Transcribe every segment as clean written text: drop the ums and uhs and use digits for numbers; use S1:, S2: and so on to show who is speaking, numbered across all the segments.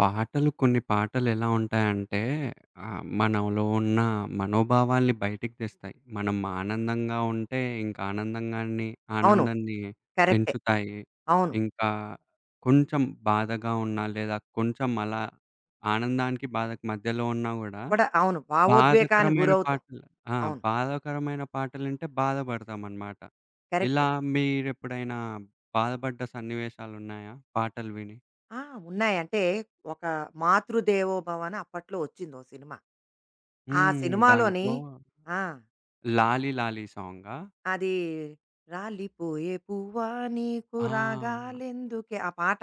S1: పాటలు కొన్ని పాటలెలా ఉంటాయంటే, మనలో ఉన్న మనోభావాల్ని బయటికి తెస్తాయి. మనం ఆనందంగా ఉంటే ఇంకా
S2: అవును.
S1: ఆనందాన్ని
S2: కరెక్టే.
S1: పెంచుతాయి.
S2: అవును.
S1: ఇంకా కొంచెం బాధగా ఉన్నా, లేదా కొంచెం అలా ఆనందానికి, బాధకి మధ్యలో ఉన్నా గూడా
S2: కూడా అవును. భావోద్వేగానికి
S1: బాధాకరమైన
S2: గురవుతాం.
S1: పాటలు. ఆ!
S2: అవును.
S1: బాధాకరమైన పాటలింటే బాధపడతామనమాట. ఇలా
S2: కరెక్టే.
S1: మీరెప్పుడైనా బాధపడ్డ సన్నివేశాలున్నాయా పాటలు విని?
S2: ఆ! ఉన్నాయి. అంటే ఒక 'మాతృదేవోభవ' అని అప్పట్లో వచ్చిందో సినిమా. ఆ
S1: హ్మ్.
S2: సినిమాలోని
S1: దాంట్లో
S2: ఆ!
S1: 'లాలి లాలి' సాంగా?
S2: అది 'రాలిపోయే పువ్వా నీకు
S1: ఆ!
S2: రాగాలెందుకే' ఆ పాట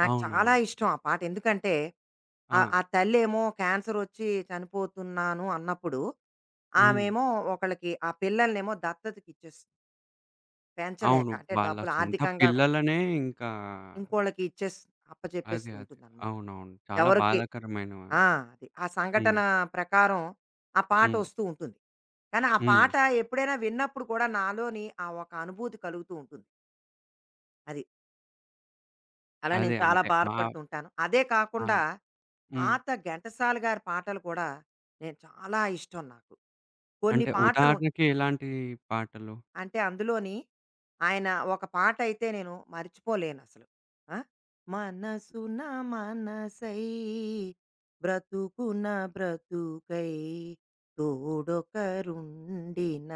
S2: నాకు చాలా
S1: అవునవును.
S2: ఇష్టం ఆ పాట. ఎందుకంటే
S1: ఆ!
S2: ఆ తల్లేమో క్యాన్సరొచ్చి చనిపోతున్నాను అన్నప్పుడు,
S1: హ్మ్.
S2: ఆమేమో ఒకళ్ళకి ఆ పిల్లలనేమో దత్తతకిచ్చేస్తుంది. పెంచలేక.
S1: అవును,
S2: అంటే
S1: వాళ్ళ
S2: డబ్బులు
S1: సొంత
S2: ఆర్థికంగా
S1: పిల్లలనే ఇంకా
S2: ఇంకోళ్ళకి ఇచ్చేస్
S1: అదే,
S2: అప్పచెప్పేస్తూ
S1: అదే.
S2: ఉంటుందన్నమాట.
S1: అవునవును, చాలా
S2: ఎవరికి
S1: బాధాకరమైన.
S2: ఆ! అది. ఆ
S1: హ్మ్.
S2: సంఘటన ప్రకారం ఆ
S1: హ్మ్.
S2: పాటొస్తూ ఉంటుంది. కానీ ఆ
S1: హ్మ్.
S2: పాట ఎప్పుడైనా విన్నప్పుడు కూడా నాలోని ఆ ఒక అనుభూతి కలుగుతూ ఉంటుంది. అది. అలా
S1: అదే,
S2: నేను చాలా
S1: అంటే ఆహ్,
S2: బాధపడుతూ ఉంటాను. అదే
S1: ఆ!
S2: కాకుండా
S1: హ్మ్.
S2: పాత ఘంటసాల గారి పాటలు కూడా నేను చాలా ఇష్టం నాకు. కొన్ని
S1: అంటే
S2: పాటలు
S1: ఉదాహరణకి ఎలాంటి పాటలు?
S2: అంటే అందులోని ఆయన ఒక పాట అయితే నేను మర్చిపోలేనసలు. ఆ! మనసున మనసై బ్రతుకున బ్రతుకై తోడొకరుండిన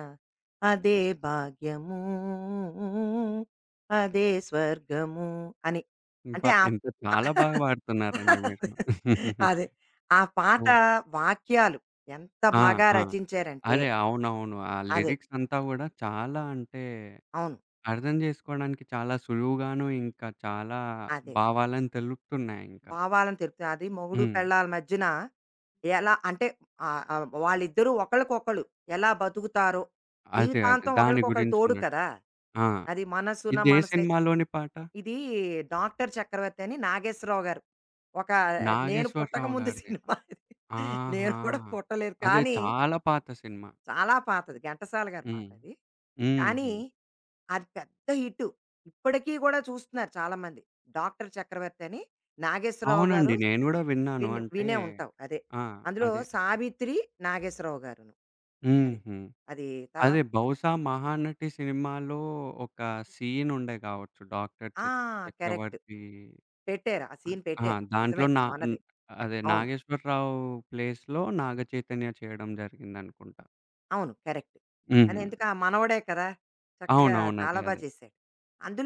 S2: అదే భాగ్యము. అదే స్వర్గము అని.
S1: ఇంప
S2: అంటే ఆ
S1: ఎంత చాలా బాగా పాడుతున్నారండి మీరు.
S2: అదే. ఆ పాట
S1: ఆ!
S2: వాక్యాలు ఎంత
S1: ఆ!
S2: బాగా
S1: ఆ!
S2: రచించారంటే
S1: అదే. అవునవును. ఆ
S2: అదే.
S1: లిరిక్స్ అంతా గూడా చాలా అంటే
S2: అవును.
S1: అర్థం జేసుకోవడానికి చాలా సులువుగాను, ఇంకా చాలా
S2: అదే.
S1: భావాలను తెలుపుతున్నాయింకా.
S2: భావాలను తెలుపుతుంది. అది మొగుడు,
S1: హ్మ్.
S2: పెళ్ళాల మధ్యన ఎలా అంటే ఆహ్, ఆహ్, వాళ్ళిద్దరూ ఒకళ్ళకొకళ్ళు ఎలా బతుకుతారో,
S1: అదే, అదే,
S2: జీవితాంతం
S1: దాని
S2: ఒకళ్ళకొకళ్ళు తోడు
S1: గురించున్నట్టు.
S2: కదా!
S1: ఆ!
S2: అది మనసున
S1: ఇది ఏ
S2: మనసై
S1: సినిమాలోని పాట?
S2: ఇది 'డాక్టర్ చక్రవర్తి' అని నాగేశ్వరరావు గారు. ఒక నేను
S1: నాగేశ్వరరావు
S2: పుట్టకముందు
S1: గారిదే.
S2: సినిమా ఇది. నేను
S1: ఆహా!
S2: కూడా పుట్టలేదు.
S1: అదే
S2: కానీ
S1: చాలా పాత సినిమా.
S2: చాలా పాతది. ఘంటసాల గారి
S1: హ్మ్.
S2: పాటది. కానీ
S1: హుహు.
S2: అది పెద్ద హిట్టు. ఇప్పటికీ గూడా చూస్తున్నారు చాలామంది. 'డాక్టర్ చక్రవర్తి' అని నాగేశ్వరరావు
S1: అవునండి,
S2: గారు
S1: నేను గూడా విన్నాను.
S2: విని
S1: అంటే
S2: వినే ఉంటావు. అదే.
S1: ఆ!
S2: అందులో
S1: అదే.
S2: 'సావిత్రి' నాగేశ్వరరావు గారును. అది.
S1: హుహు.
S2: అది
S1: అదే
S2: తర్వాత
S1: బహుశా 'మహానటి' సినిమాలో ఒక సీనుండే గావచ్చు. డాక్టర్ చ
S2: ఆ! కరెక్ట్.
S1: చక్రవర్తి.
S2: పెట్టారు. ఆ
S1: హ్మ్.
S2: సీన్
S1: ఆ!
S2: పెట్టారు.
S1: దాంట్లో
S2: నిజమే
S1: నా హ్మ్.
S2: నువ్వన్నది.
S1: అదే
S2: అవును.
S1: నాగేశ్వరరావు ప్లేస్‌లో నాగ చైతన్య చేయడం జరిగిందనుకుంటా.
S2: అవును. కరెక్ట్. అది
S1: హుహు.
S2: ఎందుకు ఆ మనవడే కదా! చక్కగా
S1: అవునవును, అదే,
S2: చాలా బా
S1: అదే.
S2: చేశాడు.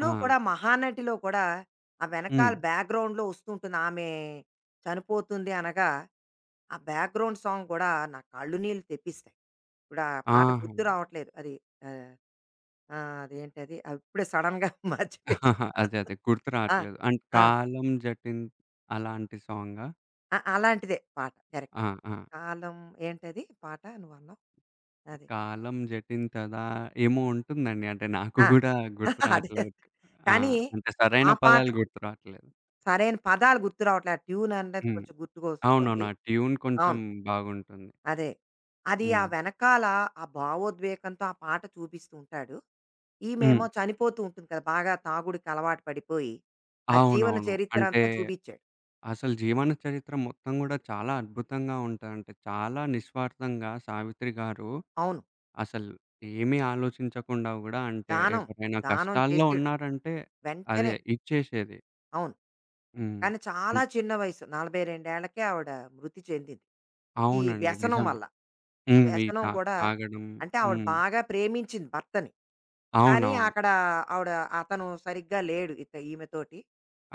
S1: ఆ!
S2: కూడా 'మహానటి'లో కూడా ఆ
S1: హ్మ్.
S2: వెనకాల బ్యాక్‌గ్రౌండ్‌లో వస్తూ ఉంటుంది. ఆమె చనిపోతుంది అనగా ఆ బ్యాక్‌గ్రౌండ్ సాంగ్ కూడా నా కళ్ళు నీళ్ళు తెప్పిస్తాయి. ఇప్పుడు ఆ పాట
S1: ఆహా!
S2: గుర్తు రావట్లేదు. అది ఆహ్, ఆహ్, అదేంటది? ఇప్పుడే సడెన్‌గా మర్చిపోయాను.
S1: అదే, అదే, గుర్తు
S2: ఆ!
S1: రావట్లేదు. అంటే
S2: ఆ!
S1: 'కాలం జటిన్' అలాంటి సాంగా?
S2: ఆ! అలాంటిదే పాట. కరెక్ట్.
S1: ఆ! ఆ!
S2: కాలం ఏంటది పాట నువ్వన్నావు? అది.
S1: 'కాలం జటింతదా' ఏమో ఉంటుందండి. అంటే నాకు
S2: ఆ!
S1: గూడా గుర్తు
S2: అదే.
S1: రావట్లేదు. ఆ!
S2: కానీ
S1: అంటే సరైన
S2: ఆ పాట
S1: పదాలు
S2: కు-
S1: గుర్తు రావట్లేదు.
S2: సరైన పదాలు గుర్తు రావట్లే. ఆ ట్యూన్ అనేది
S1: హ్మ్.
S2: కొంచెం
S1: అవునవును,
S2: గుర్తుకొస్తుంది.
S1: ఆ ట్యూన్ కొంచెం
S2: అవును.
S1: బాగుంటుంది.
S2: అదే. అది ఆ
S1: హ్మ్.
S2: వెనకాల ఆ భావోద్వేగంతో ఆ పాట చూపిస్తూ ఉంటాడు.
S1: హ్మ్.
S2: ఈమేమో చనిపోతూ ఉంటుంది కదా! బాగా తాగుడుకి అలవాటు పడిపోయి, ఆ జీవన
S1: అవునవును.
S2: చరిత్ర
S1: అంటే
S2: అంతా చూపించాడు.
S1: అసలు జీవన చరిత్ర మొత్తం గూడా చాలా అద్భుతంగా ఉంటాయి. అంటే చాలా నిస్వార్థంగా సావిత్రి గారు
S2: అవును.
S1: అసలు ఏమీ ఆలోచించకుండా గూడా అంటే
S2: దానం,
S1: ఎవరైనా
S2: దానం
S1: కష్టాల్లో
S2: చేసేయడం.
S1: ఉన్నారంటే అదే
S2: వెంటనే
S1: ఇచ్చేసేది.
S2: అవును.
S1: హ్మ్.
S2: కానీ చాలా
S1: అన్
S2: చిన్న వయసు. 42 ఆవిడ మృతి చెందింది. ఈ
S1: అవునండి,
S2: వ్యసనం
S1: నిజమే.
S2: వల్ల. ఆ
S1: హ్మ్. ఈ
S2: వ్యసనం
S1: తా
S2: కూడా
S1: తాగడం.
S2: అంటే ఆవిడ
S1: హ్మ్.
S2: బాగా ప్రేమించింది భర్తని. కానీ
S1: అవునవును.
S2: అక్కడ ఆవిడ అతను సరిగ్గా లేడు ఇత ఈమెతోటి.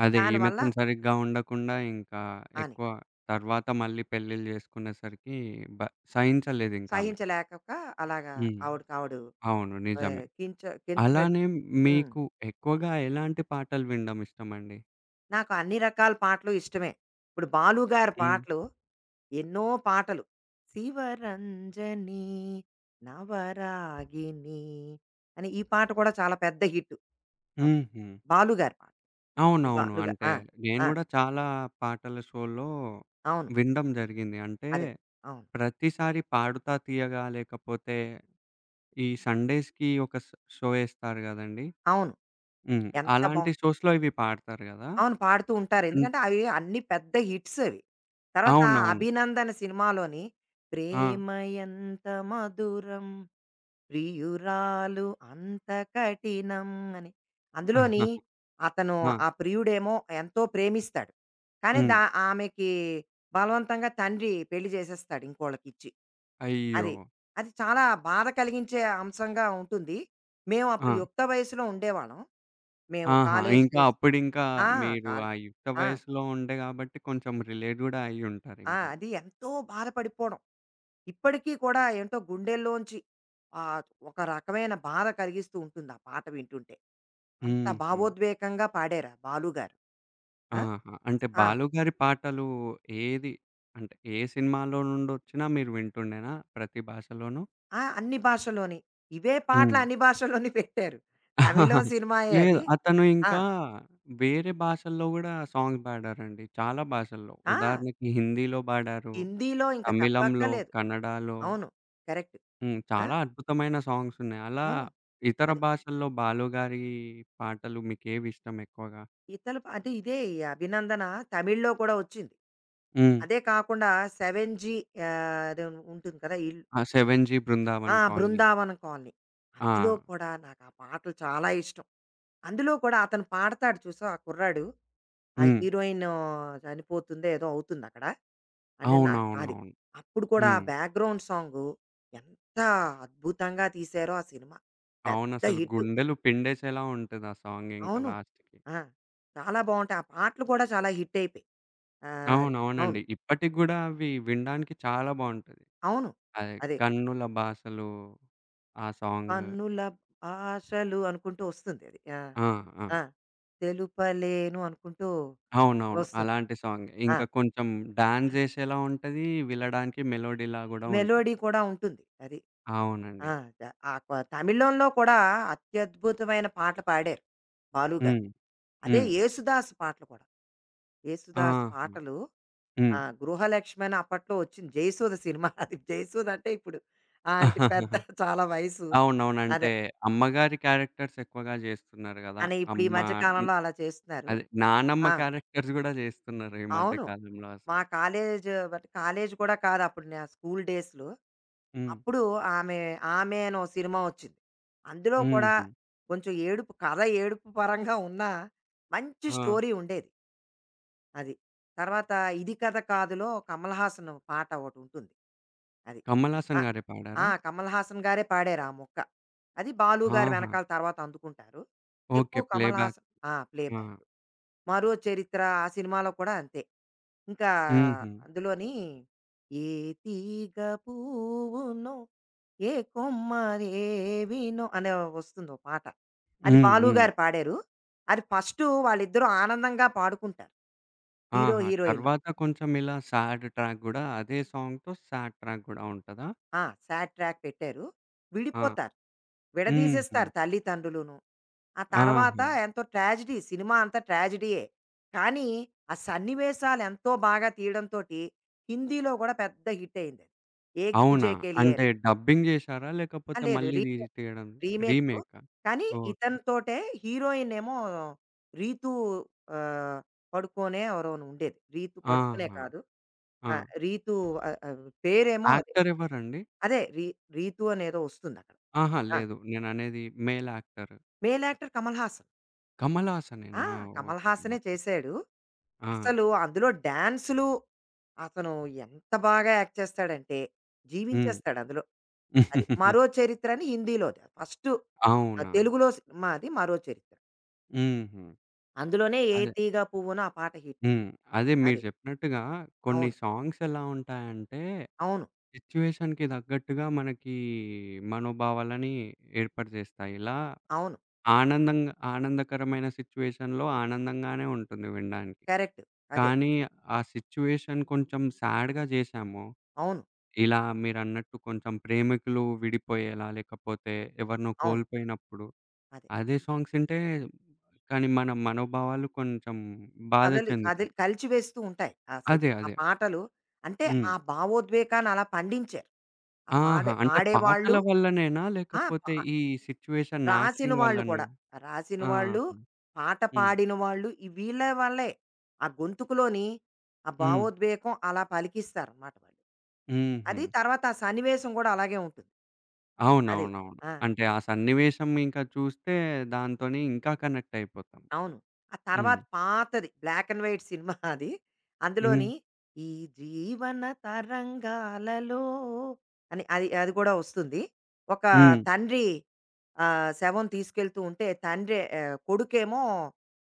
S1: అదే
S2: దానివల్ల
S1: ఈమెతోని సరిగ్గా ఉండకుండా ఇంకా
S2: అని
S1: ఎక్కువ తర్వాత మళ్ళీ పెళ్ళిళ్ళు జేసుకునేసరికి బ సహించలేదింకామె.
S2: సహించలేక అలాగా
S1: హ్మ్.
S2: ఆవిడకి ఆవిడ
S1: అవును,
S2: ఆహ్,
S1: నిజమే.
S2: కించ కించపరిచి
S1: అలానే
S2: హ్మ్.
S1: మీకు ఎక్కువగా ఎలాంటి పాటలు వినడం ఇష్టమండి?
S2: నాకు అన్ని రకాల పాటలు ఇష్టమే. ఇప్పుడు బాలు గారి
S1: హ్మ్.
S2: పాటలు ఎన్నో పాటలు. 'శివరంజని నవరాగిని' అని ఈ పాట కూడా చాలా పెద్ద హిట్. నాకు.
S1: హుహు.
S2: బాలు గారి పాట. ఈ
S1: అవునవును.
S2: బాలుగా
S1: అంటే
S2: ఆ!
S1: నేను
S2: ఆ!
S1: గూడా చాలా పాటల షో‌లో
S2: అవును.
S1: వినడం జరిగింది. అంటే
S2: అదే. అవును.
S1: ప్రతిసారి 'పాడుతా తీయగా' లేకపోతే ఈ సండేస్‌కి ఒక ష్ షో ఎస్తారు గదండీ!
S2: అవును.
S1: హ్మ్.
S2: ఎంత బావుం
S1: అలాంటి షోస్‌లో ఇవి పాడతారు గదా!
S2: అవును. పాడుతూ ఉంటారు.
S1: హ్మ్.
S2: ఎందుకంటే అవి అన్ని పెద్ద హిట్స్ అవి. తర్వాత
S1: అవునవును.
S2: 'అభినందన' సినిమాలోని
S1: ఆ!
S2: 'ప్రేమయంత మధురం' ప్రియురాలు అంత కఠినం అని. అందులోని అతను
S1: ఆ!
S2: ఆ ప్రియుడేమో ఎంతో ప్రేమిస్తాడు. కానీ
S1: హ్మ్.
S2: దా ఆమెకి బలవంతంగా తండ్రి పెళ్లి చేసేస్తాడు ఇంకోళ్ళకిచ్చి.
S1: అయ్యో!
S2: అది. అది చాలా బాధ కలిగించే అంశంగా ఉంటుంది. మేము
S1: ఆ!
S2: అప్పుడు యుక్త వయసులో ఉండేవాళ్ళం. మేము
S1: ఆహా!
S2: కాలేజ్
S1: ఇంకా
S2: డేస్
S1: అప్పుడింకా
S2: ఆ!
S1: మీరు
S2: కాల్
S1: ఆ యుక్త
S2: ఆ!
S1: వయసులో ఉండే గాబట్టి కొంచెం రిలేట్ గూడా
S2: ఆ!
S1: అయ్యుంటారింకా.
S2: అది ఎంతో బాధపడిపోవడం. ఇప్పటికీ కూడా ఏంటో గుండెల్లోంచి ఆహ్, ఒక రకమైన బాధ కలిగిస్తూ ఉంటుంది ఆ పాట వింటుంటే. అంత
S1: హుహు.
S2: భావోద్వేగంగా పాడారా బాలుగారు? ఆ!
S1: ఆహా! అంటే
S2: ఆ!
S1: బాలుగారి పాటలు ఏది అంటే ఏ సినిమాలో నుండొచ్చినా మీరు వింటుండేనా ప్రతి భాషలోనూ?
S2: ఆ! అన్ని భాషల్లోని. ఇవే పాటలు
S1: హ్మ్.
S2: అన్ని భాషల్లోని పెట్టారు. తమిళం సినిమాయే
S1: లేదు,
S2: అది.
S1: అతను
S2: ఆ!
S1: ఇంకా వేరే భాషల్లో గూడా సాంగ్స్ పాడారండి. చాలా భాషల్లో.
S2: ఆ!
S1: ఉదాహరణకి హిందీలో పాడారు,
S2: హిందీలో ఇంక
S1: తమిళంలో,
S2: చెప్పక్కర్లేదు.
S1: కన్నడాలో.
S2: అవును. కరెక్ట్.
S1: హ్మ్.
S2: ఆ!
S1: చాలా అద్భుతమైన సాంగ్స్ ఉన్నాయి. అలా
S2: అవును.
S1: ఇతర
S2: అదే.
S1: భాషల్లో బాలు గారి పాటలు మీకేవి ఇష్టం ఎక్కువగా?
S2: ఇతల ప- అంటే ఇదే ఈ 'అభినందన' తమిళ్లో కూడా వచ్చింది.
S1: హ్మ్.
S2: అదే కాకుండా 'సెవెన్‌జీ' అదే ఉంటుంది కదా! ఇల్లు.
S1: ఆ! 'సెవెన్‌జీ
S2: ఆ!
S1: బృందావన్ కాలనీ'.
S2: 'బృందావనం కాలనీ'.
S1: ఆ!
S2: అందులో కూడా నాకు ఆ పాటలు చాలా ఇష్టం. అందులో కూడా అతను పాడతాడు చూసావా ఆ కుర్రాడు. ఆ
S1: హ్మ్.
S2: హీరోయిన్ చనిపోతుందో ఏదో అవుతుందక్కడ. అంటే నాకు అది.
S1: అవునవునవును.
S2: అప్పుడు కూడా ఆ
S1: హ్మ్.
S2: బ్యాక్‌గ్రౌండ్ సాంగు ఎంత అద్భుతంగా తీశారో ఆ సినిమా. పెద్ద
S1: అవునసలు
S2: హిట్.
S1: గుండెలు పిండేసేలా ఉంటది ఆ సాంగ్ ఇంకా
S2: అవును.
S1: లాస్ట్‌కి.
S2: ఆ! చాలా బావుంటాయి. ఆ పాటలు కూడా చాలా హిట్ అయిపోయాయి. ఆహ్, అవును.
S1: అవునవునండి, ఇప్పటికి గూడా అవి వినడానికి చాలా బావుంటది.
S2: అవును.
S1: అదే
S2: అదే.
S1: 'కన్నుల బాసలో' ఆ సాంగ్.
S2: కన్నుల ఆశలు అనుకుంటూ వస్తుంది అది. ఆ!
S1: ఆ! ఆ!
S2: ఆ! తెలుపలేను అనుకుంటూ
S1: అవునవును,
S2: వస్తుంది.
S1: అలాంటి సాంగే.
S2: ఆ!
S1: ఇంకా కొంచెం డాన్స్ జేసేలా ఉంటది. వినడానికి మెలోడీలా గూడా ఉంటది.
S2: మెలోడీ కూడా ఉంటుంది. అది.
S1: అవునండి.
S2: ఆ! ద ఆ క తమిళంలో కూడా అత్యద్భుతమైన పాటలు పాడారు బాలు గారు.
S1: హ్మ్.
S2: అదే
S1: హ్మ్.
S2: యేసుదాస్ పాటలు కూడా. యేసుదాస్
S1: ఆహా!
S2: పాటలు
S1: హ్మ్.
S2: ఆ! 'గృహలక్ష్మి' అని అప్పట్లో వచ్చింది. 'జయసుధ' సినిమా అది. 'జయసుధ' అంటే ఇప్పుడు ఆంటీ పెద్ద చాలా వయసు.
S1: అవునవును, అంటే
S2: అదే.
S1: అమ్మగారి క్యారెక్టర్స్ ఎక్కువగా జేస్తున్నారు గదా!
S2: అని ఇప్పుడు ఈ
S1: అమ్మ
S2: మధ్య
S1: హ్మ్.
S2: కాలంలో అలా చేస్తున్నారు.
S1: అదే నానమ్మ
S2: ఆ!
S1: క్యారెక్టర్స్ గూడా జేస్తున్నారు ఈ మధ్య
S2: అవును.
S1: కాలంలో
S2: మా
S1: అసలు.
S2: కాలేజ్ బట్ కాలేజ్ కూడా కాదు అప్పుడు నా స్కూల్ డేస్‌లో.
S1: హ్మ్.
S2: అప్పుడు ఆమె 'ఆమె' అనో సినిమా వచ్చింది. అందులో కూడా
S1: హుహు.
S2: కొంచెం ఏడుపు కథ ఏడుపు పరంగా ఉన్నా మంచి
S1: ఆ!
S2: స్టోరీ ఉండేది అది. తర్వాత 'ఇది కథ కాదు'లో కమల్ హాసన్ పాట ఒకటుంటుంది. అది.
S1: కమల్
S2: ఆ!
S1: హాసన్ గారే
S2: ఆ!
S1: పాడారా?
S2: కమల్ హాసన్ గారే పాడారు ఆ మొక్క. అది బాలు గారు
S1: ఆహా!
S2: వెనకాల తర్వాత అందుకుంటారు.
S1: ఓకే,
S2: ఎక్కువ కమల్
S1: ప్లేబ్యాక్.
S2: హాసన్ ఆ! ప్లే
S1: ఆ!
S2: బ్యాక్. 'మరో చరిత్ర' ఆ సినిమాలో కూడా అంతే. ఇంకా
S1: హుహు.
S2: అందులోని ఏ తీగ పువ్వునో ఏ కొమ్మరేవినో అనే వస్తుంది ఓ పాట. అది
S1: హ్మ్.
S2: బాలు
S1: హ్మ్.
S2: గారు పాడారు. అది ఫస్టు వాళ్ళిద్దరూ ఆనందంగా పాడుకుంటారు. హీరో,
S1: ఆహా!
S2: హీరోయిన్.
S1: తర్వాత కొంచెం ఇలా సాడ్ ట్రాక్ గూడా అదే సాంగ్‌తో సాడ్ ట్రాక్ గూడా ఉంటదా?
S2: ఆ! సాడ్ ట్రాక్ పెట్టారు.
S1: ఆ!
S2: విడిపోతారు.
S1: హుహు.
S2: విడదీసేస్తారు తల్లిదండ్రులును. ఆ తర్వాత
S1: ఆహా!
S2: ఎంతో ట్రాజెడీ సినిమా అంతా ట్రాజెడీయే. కానీ ఆ సన్నివేశాలెంతో బాగా తీయడంతోటి హిందీలో గూడా పెద్ద హిట్ అయిందది. 'ఏక్
S1: అవునా?
S2: దూజే కే లియే'
S1: అంటే
S2: అని.
S1: డబ్బింగ్ జేశారా?
S2: ఆ!
S1: లేకపోతే
S2: లేదు.
S1: మళ్ళీ రీ
S2: రీమేక్.
S1: తీయడం
S2: రీమేకు.
S1: రీమేకా?
S2: కానీ
S1: ఓకే.
S2: ఇతనితోటే హీరోయిన్ ఏమో రీతూ ఆహ్, పడుకోనే ఎవరోను ఉండేది. రీతు పడుకోనే
S1: ఆహా!
S2: కాదు.
S1: ఆ!
S2: ఆ! రీతూ ఆహ్, ఆహ్, పేరేమో అదే.
S1: యాక్టర్ ఎవరండి?
S2: అదే రీ రీతు అనేదో వస్తుందక్కడ.
S1: ఆహా!
S2: ఆ!
S1: లేదు, నేననేది male actor.
S2: Male actor Kamal Haasan.
S1: Kamal హాసనేనా?
S2: ఆ! కమల్
S1: ఓకే,
S2: హాసనే
S1: ఓకే.
S2: చేశాడు.
S1: ఆ!
S2: అసలు అందులో డాన్సులు అతను ఎంత బాగా యాక్ట్ చేస్తాడంటే,
S1: హ్మ్.
S2: జీవించేస్తాడు అందులో. అది 'మరో చరిత్ర' అని హిందీలోది. ఫస్టు ఆ!
S1: అవునా?
S2: తెలుగులో సినిమా అది 'మరో చరిత్ర'.
S1: హుహు.
S2: అందులోనే 'ఏ
S1: అదే.
S2: తీగ పువ్వునో' ఆ పాట హిట్టు.
S1: హ్మ్. అదే మీరు
S2: అది.
S1: జెప్పినట్టుగా కొన్ని
S2: అవును.
S1: సాంగ్స్ ఎలా ఉంటాయంటే,
S2: అవును.
S1: సిచ్యుయేషన్‌కి తగ్గట్టుగా మనకి మనోభావాలని ఏర్పాటు జేస్తాయి. ఇలా
S2: అవును.
S1: ఆనందంగా ఆనందకరమైన సిట్యుయేషన్‌లో ఆనందంగానే ఉంటుంది వినడానికి.
S2: కరెక్ట్. అదే.
S1: కానీ ఆ సిట్యుయేషన్ కొంచెం సాడ్‌గా జేశాము.
S2: అవును.
S1: ఇలా మీరన్నట్టు కొంచెం ప్రేమికులు విడిపోయేలా, లేకపోతే ఎవరినో
S2: అవును.
S1: కోల్పోయినప్పుడు,
S2: అదే.
S1: అదే సాంగ్స్ ఇంటే కానీ మన మనోభావాలు కొంచెం బాధ
S2: కథలు కదిలి
S1: చెందుతాయి.
S2: కలిచివేస్తూ ఉంటాయి. ఆ సిన్
S1: అదే,
S2: ఆ
S1: అదే.
S2: పాటలు. అంటే
S1: హ్మ్.
S2: ఆ భావోద్వేగాన్ని అలా పండించారు. ఆ
S1: ఆహా!
S2: పాడే
S1: అంటే పాటల
S2: పాడేవాళ్ళు
S1: వల్లనేనా?
S2: ఆ! పా
S1: లేకపోతే ఈ సిట్యుయేషన్
S2: రాసిన
S1: యాక్టింగ్
S2: వాళ్ళు
S1: వల్లనా?
S2: కూడా. రాసిన
S1: ఆహా!
S2: వాళ్ళు, పాట
S1: హ్మ్.
S2: పాడిన వాళ్ళు ఈ వీళ్ళ వల్లే ఆ గొంతుకులోని ఆ
S1: హ్మ్.
S2: భావోద్వేగం అలా పలికిస్తారనమాట వాళ్ళు.
S1: హుహు.
S2: అది తర్వాత ఆ సన్నివేశం గూడా అలాగే ఉంటుంది. అది.
S1: అవునవునవును,
S2: ఆ!
S1: అంటే ఆ సన్నివేశం ఇంకా చూస్తే దాంతోని ఇంకా కనెక్ట్ అయిపోతాం.
S2: అవును. ఆ
S1: హ్మ్.
S2: తర్వాత పాతది బ్లాక్ అండ్ వైట్ సినిమా అది.
S1: హ్మ్.
S2: అందులోని ఈ జీవన తరంగాలలో అని అది అది కూడా వస్తుంది. ఒక
S1: హ్మ్.
S2: తండ్రి శవం తీసుకెళ్తూ ఉంటే తండ్రి కొడుకేమో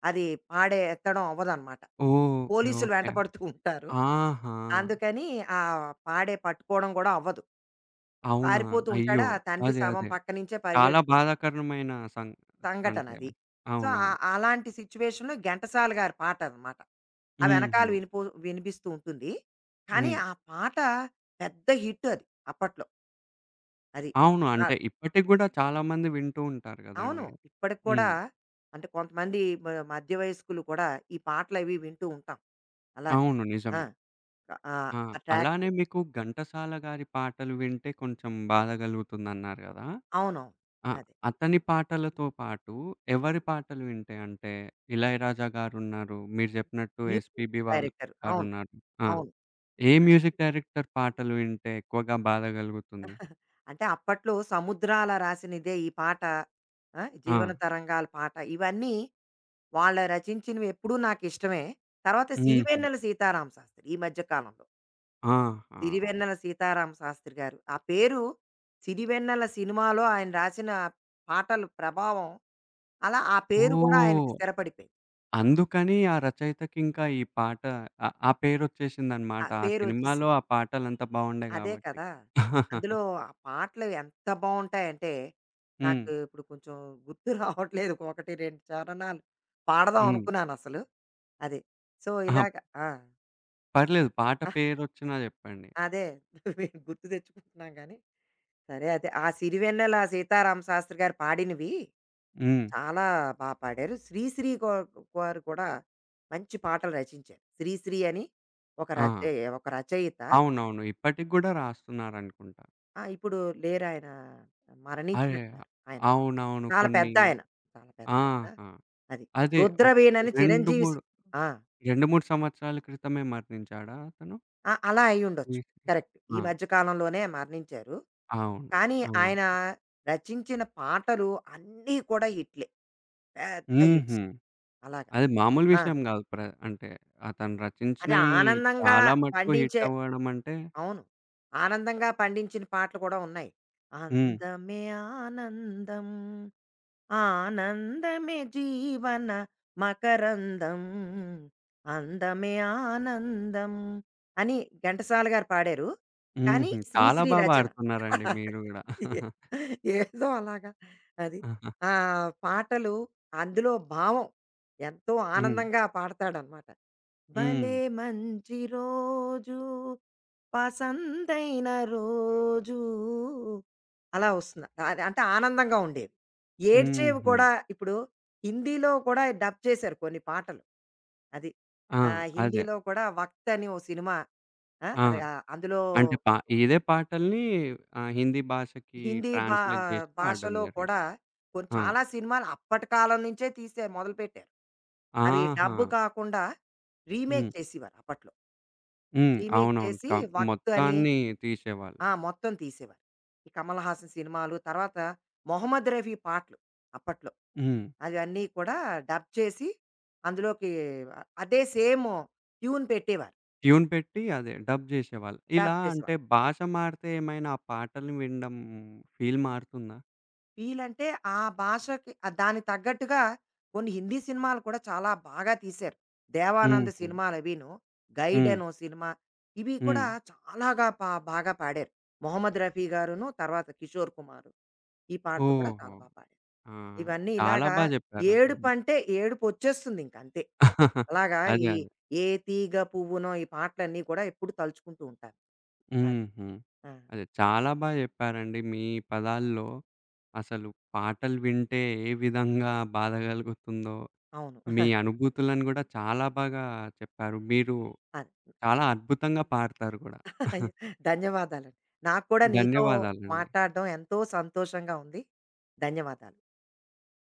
S2: అది పాడె ఎత్తడం అవ్వదనమాట.
S1: ఓకే,
S2: పోలీసులు
S1: ఓకే.
S2: వెంటపడుతూ ఉంటారు.
S1: ఆహా!
S2: అందుకని ఆ పాడె పట్టుకోవడం కూడా అవ్వదు.
S1: అవునా!
S2: పారిపోతూ ఉంటాడు.
S1: అయ్యో!
S2: ఆ తండ్రి
S1: అదే,
S2: శవం
S1: అదే,
S2: పక్క నుంచే
S1: చాలా
S2: పరిగెడుతూ
S1: బాధాకరమైన సం అంటే
S2: సంఘటనది. సో,
S1: అవునవును.
S2: అలాంటి సిట్యుయేషన్‌లో ఘంటసాల గారి పాటనమాట. ఆ వెనకాల
S1: హుహు.
S2: వినిపో వినిపిస్తూ ఉంటుంది. కానీ
S1: హ్మ్.
S2: ఆ పాట పెద్ద హిట్ అది అప్పట్లో. అది.
S1: అవును, అంటే
S2: ఆ!
S1: ఇప్పటికి గూడా చాలా మంది వింటూ ఉంటారు
S2: అవును.
S1: గదండీ.
S2: ఇప్పటికి కూడా
S1: హ్మ్.
S2: అంటే కొంతమంది మ మధ్య వయస్కులు కూడా ఈ పాటలవి వింటూ ఉంటాం. అలాగా.
S1: అవును,
S2: ఆ!
S1: నిజమే.
S2: ఆహ్,
S1: ఆ!
S2: ఆ ట్రాక్స్.
S1: అలానే మీకు ఘంటసాల గారి పాటలు వింటే కొంచెం బాధ గలుగుతుందన్నారు గదా!
S2: అవునవును.
S1: ఆ!
S2: అదే.
S1: అతని పాటలతో పాటు ఎవరి పాటలు వింటే అంటే 'ఇళయరాజా' గారున్నారు. మీరు చెప్పినట్టు
S2: మ్యూజిక్
S1: 'ఎస్‌పీబీ' వాళ్ళు
S2: డైరెక్టర్. అవును.
S1: గారున్నారు. ఆ!
S2: అవును.
S1: ఏ మ్యూజిక్ డైరెక్టర్ పాటలు వింటే ఎక్కువగా బాధ కలుగుతుంది?
S2: అంటే అప్పట్లో 'సముద్రాల రాసినిదే ఈ పాట' ఆ!
S1: ఆ!
S2: 'జీవన తరంగాల పాట' ఇవన్నీ వాళ్ళ రచించినవి ఎప్పుడూ నాకిష్టమే. తర్వాత
S1: హుహు.
S2: సిరివెన్నెల సీతారామ శాస్త్రి ఈ మధ్య కాలంలో.
S1: ఆహా!
S2: సిరివెన్నెల సీతారామ శాస్త్రి గారు. ఆ పేరు సిరివెన్నెల సినిమాలో ఆయన రాసిన పాటలు ప్రభావం అలా ఆ పేరు కూడా ఆయనకి
S1: ఓహ్!
S2: స్థిరపడిపోయింది.
S1: అందుకని ఆ రచయితకింకా ఈ పాట ఆ ఆ పేరొచ్చేసిందన్నమాట.
S2: ఆ
S1: ఆ సినిమాలో
S2: పేరొచ్చేసింది.
S1: ఆ పాటలంతా బావుండే
S2: అదే
S1: గాబట్టి.
S2: కదా! అందులో ఆ పాటలు ఎంత బావుంటాయంటే
S1: హ్మ్.
S2: నాకు ఇప్పుడు కొంచెం గుర్తు రావట్లేదు. 1, 2 చరణాలు పాడదాం
S1: హ్మ్.
S2: అనుకున్నానసలు. అది. సో,
S1: అహా!
S2: ఇలాగ ఆ!
S1: పర్లేదు, పాట
S2: అహ్!
S1: పేరొచ్చినా చెప్పండి.
S2: అదే. గుర్తు తెచ్చుకుంటున్నాం గానీ సరే అదే. ఆ సిరివెన్నెల సీతారామ శాస్త్రి గారు పాడినవి
S1: హ్మ్.
S2: చాలా బా పాడారు. శ్రీశ్రీ గో గారు కూడా మంచి పాటలు రచించారు. శ్రీశ్రీ అని ఒక
S1: ఆ!
S2: రచయి ఒక రచయిత.
S1: అవునవును, ఇప్పటికి గూడా రాస్తున్నారనుకుంటా.
S2: ఆ! ఇప్పుడు లేరాయన
S1: అదే.
S2: మరణించినట్టున్నారు ఆయన.
S1: అవునవును,
S2: చాలా
S1: కొన్ని
S2: పెద్దాయన. చాలా పెద్దాయన.
S1: ఆహా!
S2: అది.
S1: అదే ఒక్
S2: 'రుద్రవీణ' అని
S1: 2,
S2: చిరంజీవి సి
S1: 3
S2: ఆ!
S1: 2, 3 సంవత్సరాల క్రితమే మరణించాడా అతను?
S2: ఆ! అలా అయ్యుండొచ్చు.
S1: హుహు.
S2: కరెక్ట్. ఈ
S1: ఆ!
S2: మధ్య కాలంలోనే మరణించారు.
S1: అవును.
S2: కానీ
S1: ఆ!
S2: ఆయన రచించిన పాటలు అన్నీ కూడా హిట్‌లే. పెద్ద
S1: హుహు.
S2: హిట్స్. అలాగా.
S1: అది మామూలు
S2: ఆ!
S1: విషయం గాదు. ప్ర అంటే అతను
S2: అంటే
S1: రచించినయి
S2: ఆనందంగా
S1: చాలా మటుకు హిట్
S2: పండించే
S1: అవ్వడం అంటే.
S2: అవును. ఆనందంగా పండించిన పాటలు కూడా ఉన్నాయి.
S1: హ్మ్.
S2: అందమే ఆనందం ఆనందమే జీవన మకరందం అందమే ఆనందం అని ఘంటసాల గారు పాడారు. కానీ
S1: హుహు. చాలా
S2: శ్రీశ్రీ
S1: బా
S2: రచన.
S1: పాడుతున్నారండి మీరు గూడా.
S2: ఏదో అలాగా అది.
S1: ఆహా!
S2: ఆ పాటలు అందులో భావం ఎంతో
S1: హ్మ్.
S2: ఆనందంగా పాడతాడనమాట.
S1: హ్మ్.
S2: భలే మంచి రోజు పసందైన రోజు అలా వస్తుంది. అది అంటే ఆనందంగా ఉండేవి. ఏడ్చేవి
S1: హుహు.
S2: కూడా ఇప్పుడు హిందీలో కూడా డబ్ చేశారు కొన్ని పాటలు. అది.
S1: ఆ!
S2: ఆ!
S1: అదే.
S2: హిందీలో కూడా 'వక్త్' అని ఓ సినిమా ఆ!
S1: ఆ!
S2: అది అందులో
S1: అంటే పా ఇదే పాటల్ని హిందీ భాషకి
S2: హిందీ భా
S1: ట్రాన్స్‌లేట్ జేసి పాడడం
S2: భాషలో
S1: జరిగింది.
S2: కూడా కొన్ని
S1: ఆ!
S2: చాలా సినిమాలు అప్పటి కాలం నుంచే తీశారు మొదలుపెట్టారు. అవి
S1: ఆహా!
S2: డబ్ కాకుండా
S1: హ్మ్.
S2: రీమేక్ చేసేవారు అప్పట్లో.
S1: హ్మ్.
S2: రీమేక్
S1: అవునవును.
S2: చేసి
S1: కం
S2: 'వక్త్' అని
S1: మొత్తాన్ని తీసేవాళ్ళు.
S2: ఆ! మొత్తం తీసేవారు. ఈ కమల్ హాసన్ సినిమాలు తర్వాత మొహమ్మద్ రఫీ పాటలు అప్పట్లో.
S1: హ్మ్.
S2: అవన్నీ కూడా డబ్ చేసి అందులోకి అదే సేమ్ ట్యూన్ పెట్టేవారు
S1: ట్యూన్ పెట్టి అదే డబ్ జేసేవాళ్ళు. ఇలా
S2: డబ్
S1: అంటే
S2: చేసేవారు
S1: భాష మారితే ఏమైనా ఆ పాటలు వినడం ఫీల్ మారుతుందా?
S2: వీళ్ళంటే ఆ భాషకి ఆ దానికి తగ్గట్టుగా కొన్ని హిందీ సినిమాలు కూడా చాలా బాగా తీశారు
S1: హుహు.
S2: దేవానంద్
S1: హ్మ్.
S2: సినిమాలు అవిను గైడ్
S1: హ్మ్.
S2: అనో సినిమా ఇవి కూడా
S1: హ్మ్.
S2: చాలాగా పా బాగా పాడారు మొహమ్మద్ రఫీ గారును తర్వాత కిషోర్ కుమార్ ఈ పాటలు కూడా
S1: ఓహో!
S2: చాలా బాగా పాడారు
S1: ఆ!
S2: ఇవన్నీ
S1: చాలా
S2: ఇలాగా
S1: బా జెప్పారసలు.
S2: ఏడుపు అంటే ఏడుపు వచ్చేస్తుంది ఇంక అంతే అలాగా
S1: అదే,
S2: ఈ
S1: అదే.
S2: 'ఏ తీగ పువ్వునో' ఈ పాటలన్నీ కూడా ఎప్పుడు తలుచుకుంటూ ఉంటాను. అది.
S1: హుహు.
S2: ఆ!
S1: అదే చాలా బా జెప్పారండి. మీ పదాల్లో అసలు పాటలు వింటే ఏ విధంగా బాధ కలుగుతుందో,
S2: అవును.
S1: మీ అనుభూతులను గూడా చాలా బాగా చెప్పారు. మీరు
S2: అది.
S1: చాలా అద్భుతంగా పాడతారు గూడా.
S2: అయ్యో, ధన్యవాదాలండి. నాకు కూడా నీతో
S1: ధన్యవాదాలండి.
S2: మాట్లాడడం ఎంతో సంతోషంగా ఉంది. ధన్యవాదాలు.